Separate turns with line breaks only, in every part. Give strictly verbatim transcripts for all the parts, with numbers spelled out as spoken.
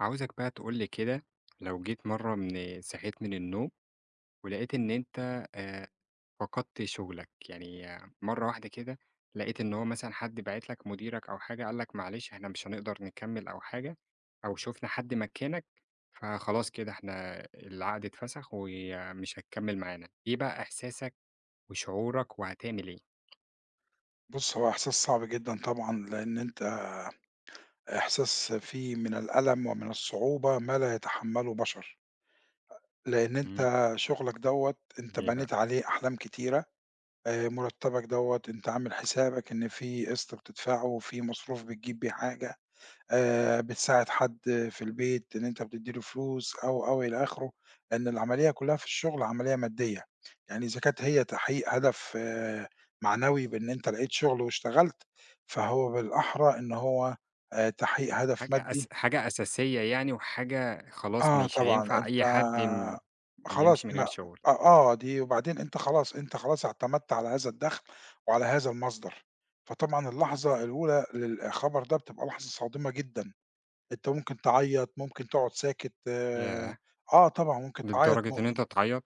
عاوزك بقى تقول لي كده. لو جيت مرة من صحيت من النوم ولقيت إن أنت آه، فقدت شغلك، يعني آه، مرة واحدة كده، لقيت إن هو مثلا حد بعت لك، مديرك أو حاجة قال لك معلش إحنا مش هنقدر نكمل أو حاجة، أو شفنا حد مكانك، فخلاص كده إحنا العقد اتفسخ ومش هتكمل معانا. إيه بقى إحساسك وشعورك، وهتعمل إيه؟
بُص، هو إحساس صعب جدًا طبعًا، لإن أنت إحساس فيه من الألم ومن الصعوبة ما لا يتحمّله بشر، لإن
مم.
أنت شغلك دوّة أنت
ليه بقى؟
بنيت عليه أحلام كتيرة، آآ مرتّبك دوّة أنت عامل حسابك إن في قسط بتدفعه وفي مصروف بتجيب بيه حاجة. آآ بتساعد حد في البيت، إن أنت بتدّي له فلوس أو، أو إلى آخره، لأن العملية كلّها في الشغل عملية مادية، يعني إذا كانت هي تحقيق هدف آآ معنوي بإن أنت لقيت شغل واشتغلت، فهو بالأحرى إن هو آآ تحقيق هدف
حاجة أس...
مادي.
حاجة أساسية، يعني وحاجة خلاص
آه
مش
طبعًا،
هينفع
أنت
أي حد م- يمشي
خلاص
من غير
ما
شعور.
أ آه دي وبعدين أنت خلاص، أنت خلاص اعتمدت على هذا الدخل وعلى هذا المصدر، فطبعًا اللحظة الأولى للخبر ده بتبقى لحظة صادمة جدًا. أنت ممكن تعيّط، ممكن تقعد ساكت، آآ،
ياه!
آه طبعًا ممكن تعيّط
للدرجة
م
إن أنت تعيّط؟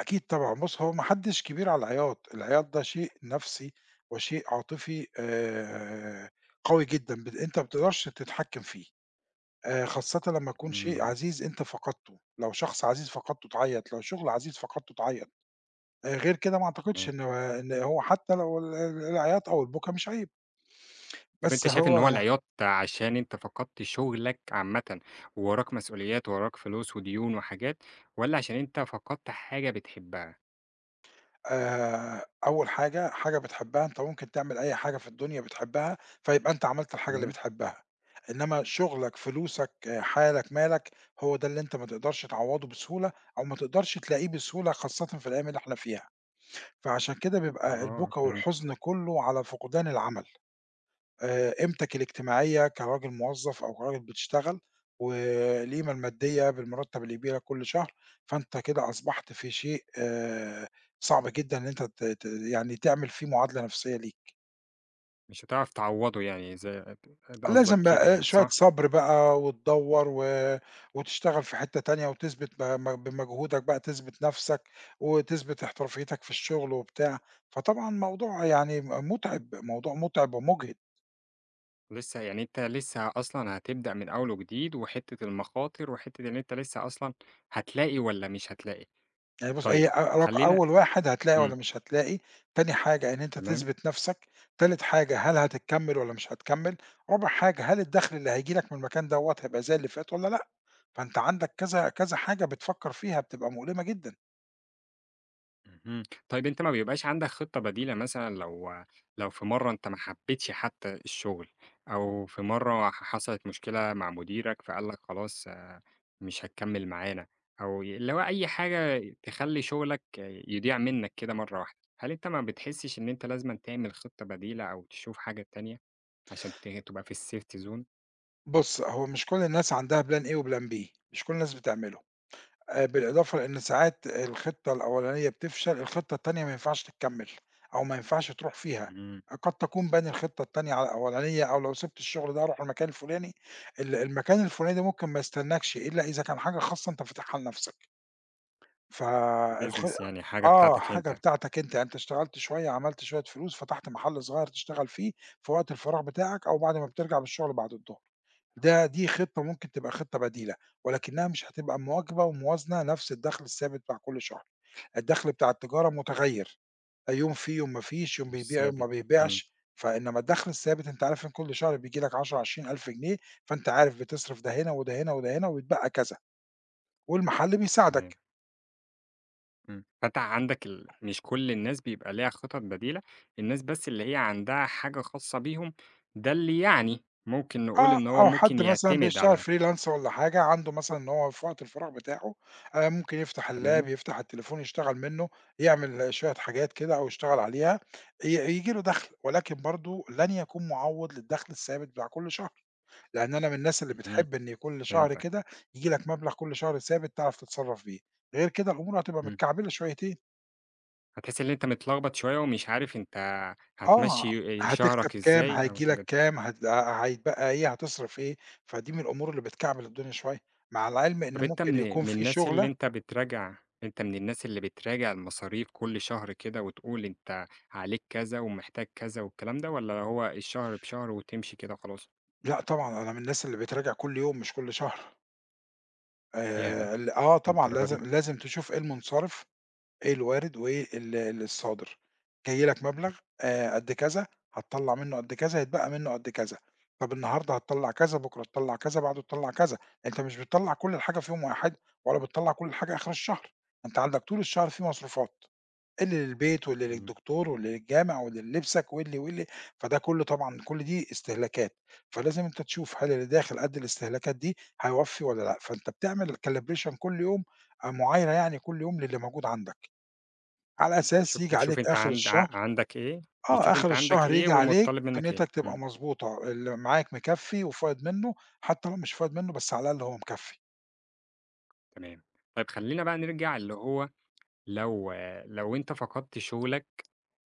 أكيد طبعًا، بُص هو ما حدّش كبير على العياط، العياط ده شيء نَفْسي وشيء عاطفي، آآ، قوي جدًا، بت أنت ما بتقدرش تتحكّم فيه، آآ، خاصةً لمّا يكون شيء
إمم.
عزيز أنت فقدته، لو شخص عزيز فقدته تعيّط، لو شغل عزيز فقدته تعيّط، آآ، غير كده ما أعتقدش
تمام.
إن إن هو حتى لو ال ال العياط أو البكا مش عيب،
طب أنت
بس
شايف إن هو
هو
العياط ده عشان أنت فقدت شغلك عامةً، ووراك مسؤوليات، وراك فلوس وديون وحاجات، والّا عشان أنت فقدت حاجة بتحبها؟
آآ أول حاجة، حاجة بتحبّها أنت ممكن تعمل أي حاجة في الدنيا بتحبّها، فيبقى أنت عملت الحاجة اللي
تمام.
بتحبّها، إنّما شُغلك، فلوسك، آه، حالك، مالك، هو ده اللي أنت ما تقدرش تعوّضه بسهولة أو ما تقدرش تلاقيه بسهولة خاصةً في الأيام اللي إحنا فيها، فعشان كده بيبقى
آه،
البُكا
فهمت.
والحزن كُلّه على فقدان العمل. آآ قيمتك الاجتماعية كراجل موظّف أو كراجل بتشتغل، والقيمة المادية بالمرتّب اللي بييجي لك كل شهر، فأنت كده أصبحت في شيء آآ صعب جدًا إن أنت ت ت يعني تعمل فيه معادلة نفسيّة ليك.
مش هتعرف تعوّضه يعني، زي ق ق قصدك
لازم
كده
بقى آه،
يعني،
شوية
صح؟
صبر بقى وتدوّر و وتشتغل في حتّة تانية وتثبت ب م بمجهودك بقى تثبت نَفْسك، وتثبت احترافيتك في الشغل وبتاع، فطبعًا موضوع يعني م مُتعب، موضوع مُتعب ومُجهد.
لسه يعني، أنت لسه أصلًا هتبدأ من أول وجديد، وحتّة المخاطر، وحتّة إن أنت لسه أصلًا هتلاقي والّا مش هتلاقي.
يعني بُص هي
طيب
أ رق
خلّينا.
أول واحد هتلاقي والّا
إمم.
مش هتلاقي، تاني حاجة إن أنت
تمام.
تثبت نَفْسك، تالت حاجة هل هتكمّل والّا مش هتكمّل، رابع حاجة هل الدخل اللي هييجي لك من المكان دوّة هيبقى زي اللي فات والّا لأ، فأنت عندك كذا كذا حاجة بتفكّر فيها بتبقى مؤلمة جدًا.
اهم. طيب أنت ما بيبقاش عندك خطة بديلة مثلًا، لو لو في مرّة أنت ما حبيتش حتى الشغل، أو في مرّة ح حصلت مشكلة مع مديرك فقال لك خلاص، آه، مش هتكمّل معانا، أو ي اللي هو أي حاجة تخلّي شغلك آه، يضيع منّك كده مرّة واحدة، هل أنت ما بتحسّش إن أنت لازمًا تعمل خطة بديلة أو تشوف حاجة تانية عشان ت تبقى في الsafety zone؟
بُص، هو مش كل الناس عندها plan A وplan B، مش كل الناس بتعمله. آآ بالإضافة لإن ساعات الخطة الأولانية بتفشل، الخطة التانية ما ينفعش تكمّل، أو ما ينفعش تروح فيها،
إمم.
قد تكون باني الخطة التانية على الأولانية، أو لو سِبت الشغل ده هاروح المكان الفلاني، ال المكان الفلاني ده ممكن ما يستناكش إلا إذا كان حاجة خاصة أنت فاتحها لنفْسك، فالخ
business، يعني حاجة
آه،
بتاعتك
حاجة
أنت.
بتاعتك أنت، يعني أنت اشتغلت شوية، عملت شوية فلوس، فتحت محل صغير تشتغل فيه في وقت الفراغ بتاعك، أو بعد ما بترجع من الشغل بعد الضهر. ده دي خطة ممكن تبقى خطة بديلة، ولكنها مش هتبقى مواكبة وموازنة نفس الدخل الثابت بتاع كل شهر، الدخل بتاع التجارة متغيّر، يوم في يوم ما فيش، يوم
مش
بيبيع يوم ما
ثابت. إمم.
بيبيعش، فإنما الدخل الثابت أنت عارف إن كل شهر بييجي لك عشرة، عشرين ألف جنيه، فأنت عارف بتصرف ده هنا وده هنا وده هنا ويتبقى كذا، والمحل
تمام.
بيساعدك.
إمم، فأنت عندك ال مش كل الناس بيبقى ليها خطط بديلة، الناس بس اللي هي عندها حاجة خاصة بيهم، ده اللي يعني ممكن نقول
آه،
إن هو
أو
ممكن
حد مثلًا
يعتمد
بيشتغل
على.
freelance والّا حاجة، عنده مثلًا إن هو في وقت الفراغ بتاعه، آآ، ممكن يفتح
تمام.
اللاب، يفتح التليفون يشتغل منه، يعمل شوية حاجات كده أو يشتغل عليها، ي ييجي له دخْل، ولكن برضه لن يكون معوّض للدخْل الثابت بتاع كل شهر، لأن أنا من الناس اللي
اهم،
بتحب إن كل شهر
فهمتك.
كده ييجي لك مبلغ كل شهر ثابت تعرف تتصرّف بيه، غير كده الأمور هتبقى
إمم،
متكعبلة شويتين.
هتحس إن أنت متلخبط شوية ومش عارف أنت
آه،
هتمشّي آآ
هتكسب
شهرك
كام،
إزاي أو
هييجي لك
الحاجات دي.
كام، هت ه هيتبقى إيه، هتصرف إيه، فدي من الأمور اللي بتكعبل الدنيا شوية، مع العلم
طَب
إن
أنت
ممكن
من
يكون
من
في
الناس اللي
شُغلة.
أنت بتراجع، أنت من الناس اللي بتراجع المصاريف كل شهر كده، وتقول أنت عليك كذا ومحتاج كذا والكلام ده، والّا هو الشهر بشهر وتمشي كده وخلاص؟
لأ طبعًا أنا من الناس اللي بتراجع كل يوم مش كل شهر،
ياه!
آآ ال آه طبعًا
للدرجة دي!
لازم لازم تشوف إيه المُنصرف الوارد وال الصادر. جاي لك مبلغ آآ قد كذا، هتطلّع منه قد كذا، هيتبقى منه قد كذا. طب النهارده هتطلّع كذا، بكرة تطلّع كذا، بعده تطلّع كذا. أنت مش بتطلّع كل الحاجة في يوم واحد، ولا بتطلّع كل الحاجة آخر الشهر. أنت عندك طول الشهر في مصروفات، اللي للبيت واللي
إمم.
للدكتور واللي للجامع واللي للبسك واللي، واللي. فده كله طبعًا كل دي استهلاكات، فلازم أنت تشوف هل اللي داخل قد الاستهلاكات دي هيوفّي والّا لأ. فأنت بتعمل calibration كل يوم، آآ معايرة يعني كل يوم للي موجود عندك. على
إمم،
أساس
شوف
ييجي
بتشوف
عليك
أنت
آخر
عند ع
الشهر
عندك إيه،
آه،
بتشوف
آخر
أنت عندك
الشهر
إيه
ييجي عليك
ومُطّلب منّك إيه.
دنيتك
إمم.
تبقى مضبوطة، اللي معاك مكفّي وفايض منّه، حتى لو مش فايض منّه بس على الأقل هو مكفّي.
تمام. طيب خلّينا بقى نرجع اللي هو، لو لو أنت فقدت شغلك،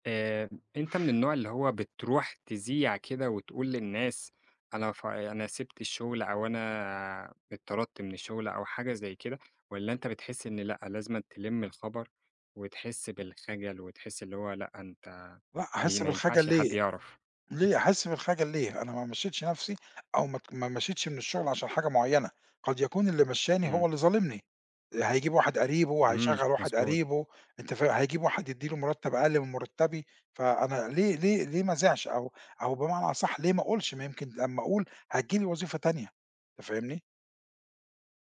آآ، أنت من النوع اللي هو بتروح تزيع كده وتقول للناس، أنا ف أنا سِبت الشغل أو أنا اتطردت من الشغل أو حاجة زي كده، والّا أنت بتحس إن لأ، لازمًا تلِم الخبر وتحس بالخجل وتحس اللي هو لأ، أنت
لأ،
م
هاحس
ما
بالخجل
ينفعش
ليه؟
حد يعرف؟
ليه أحس بالخجل ليه؟ أنا ما مشّيتش نَفْسي أو ما ت ما مشيتش من الشغل عشان حاجة معيّنة، قد يكون اللي مشّاني هو
إمم.
اللي ظالمني، هيجيب واحد قريبه،
إمم،
هيشغّل واحد
مضبوط.
قريبه، أنت فا هيجيب واحد يدّي له مرتّب أقل من مرتّبي، فأنا ليه ليه ليه ما أزيعش أو أو بمعنى أصح ليه ما أقولش؟ ما يمكن لمّا أقول هتيجي لي وظيفة تانية، أنت فاهمني؟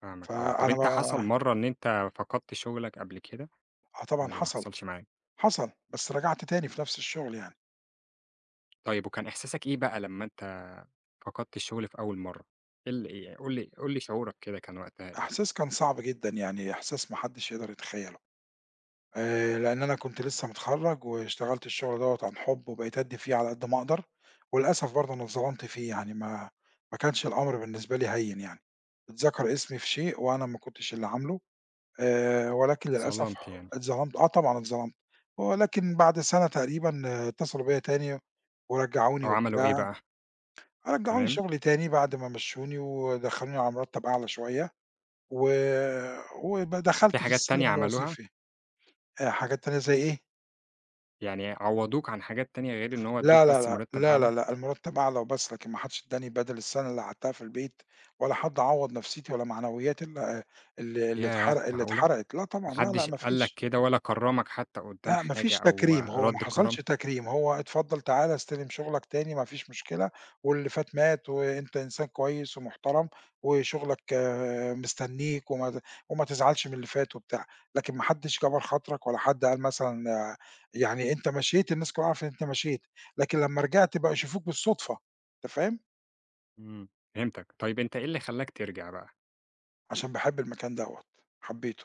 فاهمك، آه. طب
فأنا ب
أنت حصل مرّة إن أنت فقدت شُغلك قبل كده،
آه طبعًا
والّا ما
حصل،
حصلش معاك؟
حصل، بس رجعت تاني في نَفْس الشغل يعني.
طيب، وكان إحساسك إيه بقى لمّا أنت فقدت الشُغل في أول مرّة؟ إيه ال ي قُل لي قُل لي شعورك كده كان وقتها إيه؟
إحساس كان صعب جدًا، يعني إحساس ما حدّش يقدر يتخيّله. آآ، لإن أنا كنت لسه متخرّج، واشتغلت الشغل دوّة عن حُب، وبقيت أدّي فيه على قد ما أقدر، وللأسف برضه أنا اتظلمت فيه، يعني ما ما كانش الأمر بالنسبة لي هيّن يعني، اتذكر اسمي في شيء وأنا ما كنتش اللي عامله، آآ، ولكن للأسف
اتظلمت يعني.
اتظلمت، آه طبعًا اتظلمت، ولكن بعد سَنة تقريبًا آه، اتصلوا بيّا تاني
أو
ورجّعوني
عملوا إيه
وبتاع،
بقى؟
رجّعوني
تمام.
شغلي تاني بعد ما مشّوني ودخّلوني على مرتّب أعلى شوية، و وب
في
دخلت في
حاجات تانية
السلِّم
عملوها؟
الوظيفي. آآ، حاجات تانية زي إيه؟
يعني عوّضوك عن حاجات تانية غير إن هو
لا،
ادّوك
لا،
بس
لأ،
مرتّب
لا، لا،
أعلى؟
لأ، المرتّب أعلى وبس، لكن ما حدش ادّاني بدل السَنة اللي قعدتها في البيت، ولا حد عوّض نفسيتي ولا معنوياتي ال اللي اللي
ياه!
اتحرق اللي
معقولة!
اتحرقت، لا
ما
طبعًا، لا، لأ،
حدّش
ما
قال لك
فيش.
كده ولا كرّمك حتى قدّام
لأ، ما
حاجة
فيش
أو
تكريم، هو ما
رَد كرم؟
حصلش تكريم، هو اتفضل تعالَ استلم شغلك تاني ما فيش مشكلة، واللي فات مات، وأنت إنسان كويس ومحترم، وشغلك مستنيك، وما ت وما تزعلش من اللي فات وبتاع، لكن ما حدش كَبَر خاطرك ولا حد قال مثلًا، يعني أنت مشيت الناس كلّها عرفت إن أنت مشيت، لكن لمّا رجعت بقوا يشوفوك بالصدفة، أنت فاهم؟
إمم، فهمتك. طيب أنت إيه اللي خلّاك ترجع بقى؟
عشان باحب المكان دوّة، حبيته.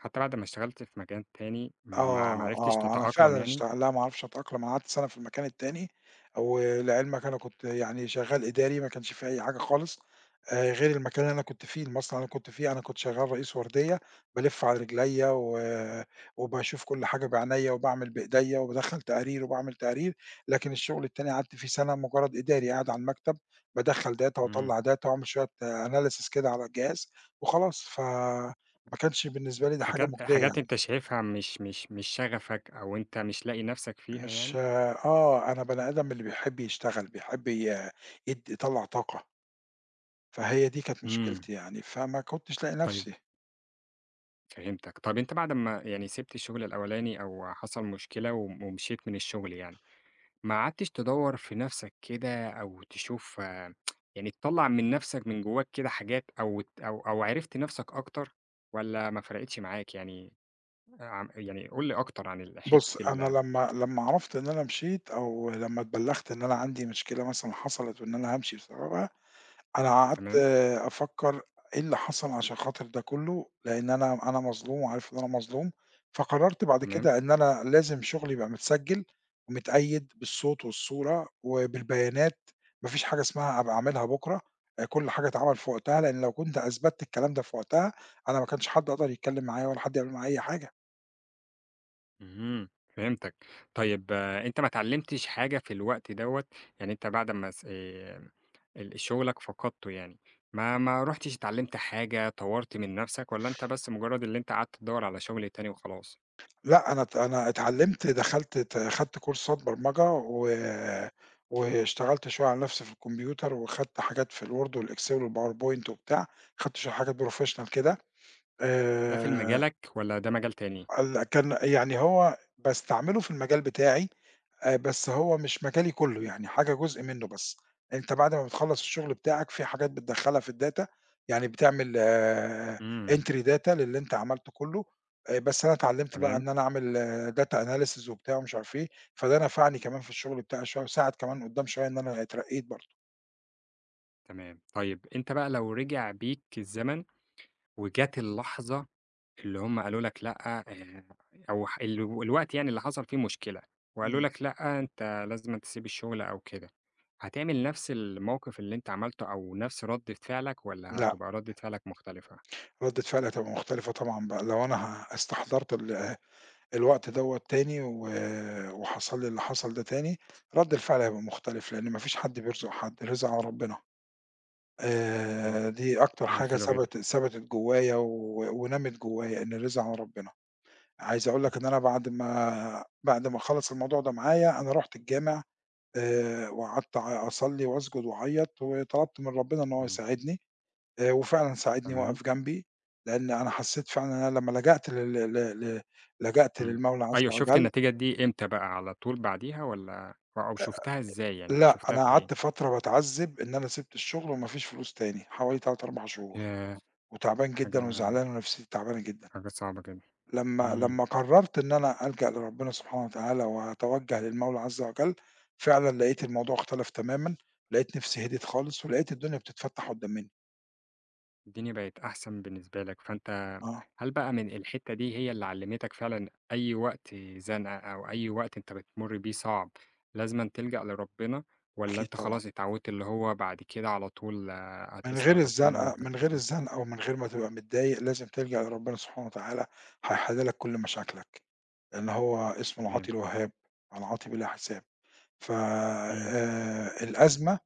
حتى بعد ما اشتغلت في مكان تاني ما ما ما
آه،
عرفتش
آه، أنا
تتأقلم
فعلًا
يعني؟
اشتغ لا ما اعرفش أتأقلم، أنا قعدت سَنة في المكان التاني، ولعلمك أنا كنت يعني شغال إداري ما كانش في أي حاجة خالص، آآ، غير المكان اللي أنا كنت فيه، المصنع اللي أنا كنت فيه، أنا كنت شغال رئيس وردية، بالِف على رجليّا و وباشوف كل حاجة بعينيّا وباعمل بإيديّا وبادخّل تقارير وباعمل تقارير، لكن الشغل التاني قعدت فيه سَنة مجرد إداري، قاعد على المكتب بادخّل data
إمم.
واطلّع data واعمل شوية analysis كده على الجهاز وخلاص، فما كانش بالنسبة لي ده حاجة
حاجات
مُجدية
حاجات
يعني.
أنت شايفها مش مش مش شغفك، أو أنت مش لاقي نفسك فيها
مش
يعني؟
آه، أنا بني آدم اللي بيحب يشتغل، بيحب ي يد يطلّع طاقة، فهي دي كانت
إمم،
مشكلتي يعني، فما كنتش لاقي
طيب،
نفسي.
فهمتك. طب أنت بعد ما يعني سِبت الشغل الأولاني، أو حصل مشكلة وم ومشيت من الشغل يعني، ما قعدتش تدوّر في نفسك كده أو تشوف، آه، يعني تطلّع من نفسك من جواك كده حاجات، أو ت أو أو عرفت نفسك أكتر، والّا ما فرقتش معاك يعني؟ آه، عم يعني قُل لي أكتر عن ال حتة
بُص، أنا
ال
لمّا لمّا عرفت إن أنا مشيت أو لمّا اتبلّغت إن أنا عندي مشكلة مثلًا حصلت وإن أنا هامشي بسببها، أنا قعدت
تمام.
أفكّر إيه اللي حصل عشان خاطر ده كلّه، لإن أنا أنا مظلوم وعارف إن أنا مظلوم، فقررت بعد
تمام.
كده إن أنا لازم شغلي يبقى متسجّل ومتقيّد بالصوت والصورة وبالبيانات، ما فيش حاجة اسمها أبقى أعملها بُكرة، آآ كل حاجة اتعمل في وقتها، لإن لو كنت أثبتت الكلام ده في وقتها، أنا ما كانش حد يقدر يتكلّم معايا ولا حد يعمل معايا أي حاجة.
اهم، فهمتك. طيب آه، أنت ما اتعلّمتش حاجة في الوقت دوّة، يعني أنت بعد ما س آآ ال شغلك فقدته يعني، ما ما رُحتش اتعلّمت حاجة، طوّرت من نَفْسك، والّا أنت بس مجرّد اللي أنت قعدت تدوّر على شغل تاني وخلاص؟
لأ، أنا ات أنا اتعلّمت، دخلت ت خدت كورسات برمجة و واشتغلت شوية على نَفْسي في الكمبيوتر وخدت حاجات في الوورد والإكسل والPowerPoint وبتاع، خدت شوية حاجات professional كده.
ده في ال
آآ،
مجالك والّا ده مجال تاني؟
ال كان يعني هو باستعمله في المجال بتاعي، آآ بس هو مش مجالي كلّه، يعني حاجة جزء منّه بس. أنت بعد ما بتخلّص الشغل بتاعك في حاجات بتدخّلها في الdata، يعني بتعمل آه،
إمم.
entry data للي أنت عملته كلّه، آآ بس أنا اتعلّمت بقى
تمام.
إن أنا أعمل آه، data analysis وبتاع ومش عارف إيه، فده نفعني كمان في الشغل بتاعي شوية وساعد كمان قُدّام شوية إن أنا اترقّيت برضه.
تمام. طيب أنت بقى لو رجع بيك الزمن، وجات اللحظة اللي هم قالوا لك لأ، آآ أو ح ال الوقت يعني اللي حصل فيه مشكلة، وقالوا
إمم،
لك لأ، أنت لازمًا تسيب الشغل أو كده، هتعمل نفس الموقف اللي أنت عملته أو نفس ردة فعلك، والّا
لأ،
هتبقى ردة فعلك مختلفة؟
ردّة فعلي هتبقى مختلفة طبعًا بقى لو أنا ه استحضرت ال الوقت دوّة تاني و وحصل لي اللي حصل ده تاني، رَد الفعل هيبقى مختلف، لإن ما فيش حد بيرزق حد، الرزق على ربنا.
آه.
آآ دي أكتر
حاجة
حاجة
حلوة جدًا.
ثبت ثبتت جوّايا و ونمِت جوّايا، إن الرزق على ربنا. عايز أقول لك إن أنا بعد ما بعد ما خلص الموضوع ده معايا، أنا رُحت الجامع، آآ وقعدت أع أصلّي وأسجد وأعيّط وطلبت من ربنا إن هو
إمم.
يساعدني، آآ وفعلًا ساعدني
تمام.
وقف جنبي، لإن أنا حسّيت فعلًا إن أنا لمّا لجأت لل ل ل لجأت
إمم.
للمولى عز
أيوه، شُفت
وجل.
النتيجة دي إمتى بقى؟ على طول بعديها، والّا أو شُفتها إزاي يعني؟
لأ،
شُفتها
أنا
في إيه؟
قعدت فترة باتعذّب إن أنا سِبت الشغل وما فيش فلوس تاني، حوالي تلاتة، أربع شهور،
ياه!
وتعبان جدًا
حاجة
وزعلان ونفسيتي تعبانة جدًا.
حاجة صعبة جدًا.
لمّا
إمم.
لمّا قرّرت إن أنا ألجأ لربنا سبحانه وتعالى وأتوجّه للمولى عز وجل، فعلًا لقيت الموضوع اختلف تمامًا، لقيت نفسي هديت خالص ولقيت الدنيا بتتفتح قدّام منّي.
الدنيا بقت أحسن بالنسبة لك، فأنت.
آه،
هل بقى من الحتّة دي هي اللي علّمتك فعلًا، أي وقت زنقة أو أي وقت أنت بتمُر بيه صعب لازمًا تلجأ لربنا، والّا
أكيد
أنت
طبعًا.
خلاص اتعوّدت اللي هو بعد كده على طول آه،
من غير
هتسأل ربنا
الزنقة
وهت
من غير الزنقة ومن غير ما تبقى متضايق، لازم تلجأ لربنا سبحانه وتعالى هيحل لك كل مشاكلك، لإن هو اسمه
تمام.
العاطي الوهّاب، العاطي بلا حساب. ف
إمم.
آآ الأزمة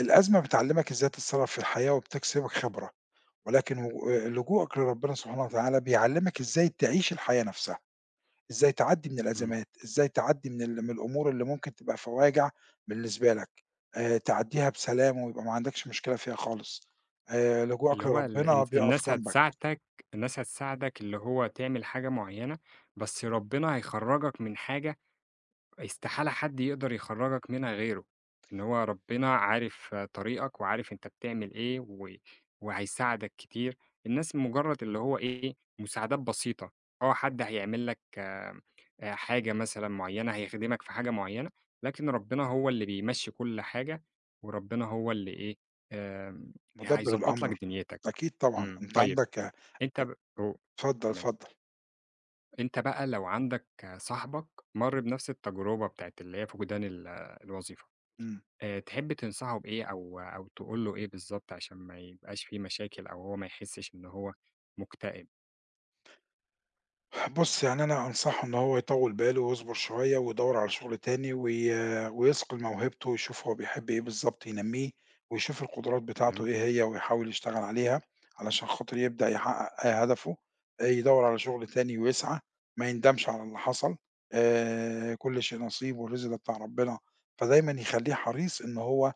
الأزمة بتعلّمك إزاي تتصرّف في الحياة وبتكسبك خبرة، ولكن و آآ لجوءك لربنا سبحانه وتعالى بيعلّمك إزاي تعيش الحياة نَفْسها، إزاي تعدّي من
إمم،
الأزمات، إزاي تعدّي من ال من الأمور اللي ممكن تبقى فواجع بالنسبة لك، آآ تعدّيها بسلام ويبقى ما عندكش مشكلة فيها خالص، آآ لجوءك
اللي هو ال الن
لربنا بيقف
الناس
جنبك،
هتساعدك، الناس هتساعدك اللي هو تعمل حاجة معيّنة، بس ربنا هيخرّجك من حاجة، استحالة حد يقدر يخرّجك منها غيره، إن هو ربنا عارف آه، طريقك، وعارف أنت بتعمل إيه و وهيساعدك كتير، الناس مجرّد اللي هو إيه، مساعدات بسيطة، آه حد هيعمل لك آآ حاجة مثلًا معيّنة، هيخدمك في حاجة معيّنة، لكن ربنا هو اللي بيمشّي كل حاجة، وربنا هو اللي إيه، آمم
مُدبِّر
هيضبّط لك
الأمر،
دنيتك.
أكيد طبعًا،
إمم،
أنت
طيب
عندك
أنت ب أو
اتفضل،
تمام.
اتفضل.
أنت بقى لو عندك صاحبك مَر بنفس التجربة بتاعة اللي هي فقدان ال الوظيفة،
إمم.
آآ تحب تنصحه بإيه أو أو تقول له إيه بالضبط، عشان ما يبقاش في مشاكل أو هو ما يحسش إن هو مُكتئب.
بُص، يعني أنا أنصحه إن هو يطوّل باله ويصبر شوية ويدوّر على شغل تاني وي ويثقل موهبته ويشوف هو بيحب إيه بالضبط ينمّيه ويشوف القدرات
تمام.
بتاعته إيه هي ويحاول يشتغل عليها علشان خاطر يبدأ يحقق آآ هدفه، آآ يدوّر على شغل تاني ويسعى، ما يندمش على اللي حصل، آآ كل شيء نصيب والرزق ده بتاع ربنا، فدايمًا يخلّيه حريص إن هو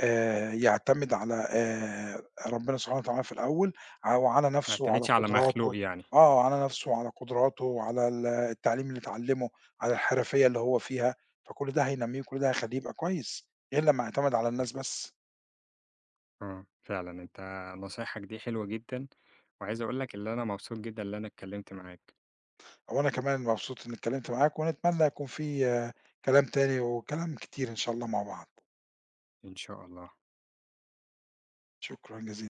آآ يعتمد على آآ ربنا سبحانه وتعالى في الأول، أو على
ما
نَفْسه وعلى
يعتمدش على مخلوق
قدراته.
يعني.
آه، على نَفْسه وعلى قدراته وعلى ال التعليم اللي اتعلّمه، على الحرفية اللي هو فيها، فكل ده هينمّيه وكل ده هيخلّيه يبقى كويس، غير لمّا يعتمد على الناس بس.
آه، فعلًا أنت نصايحك دي حلوة جدًا، وعايز أقول لك اللي أنا مبسوط جدًا اللي أنا اتكلمت معاك.
وأنا كمان مبسوط إنّي اتكلّمت معاك، ونتمنى يكون في آه، كلام تاني وكلام كتير إن شاء الله مع بعض.
إن شاء الله.
شكرًا جزيلًا.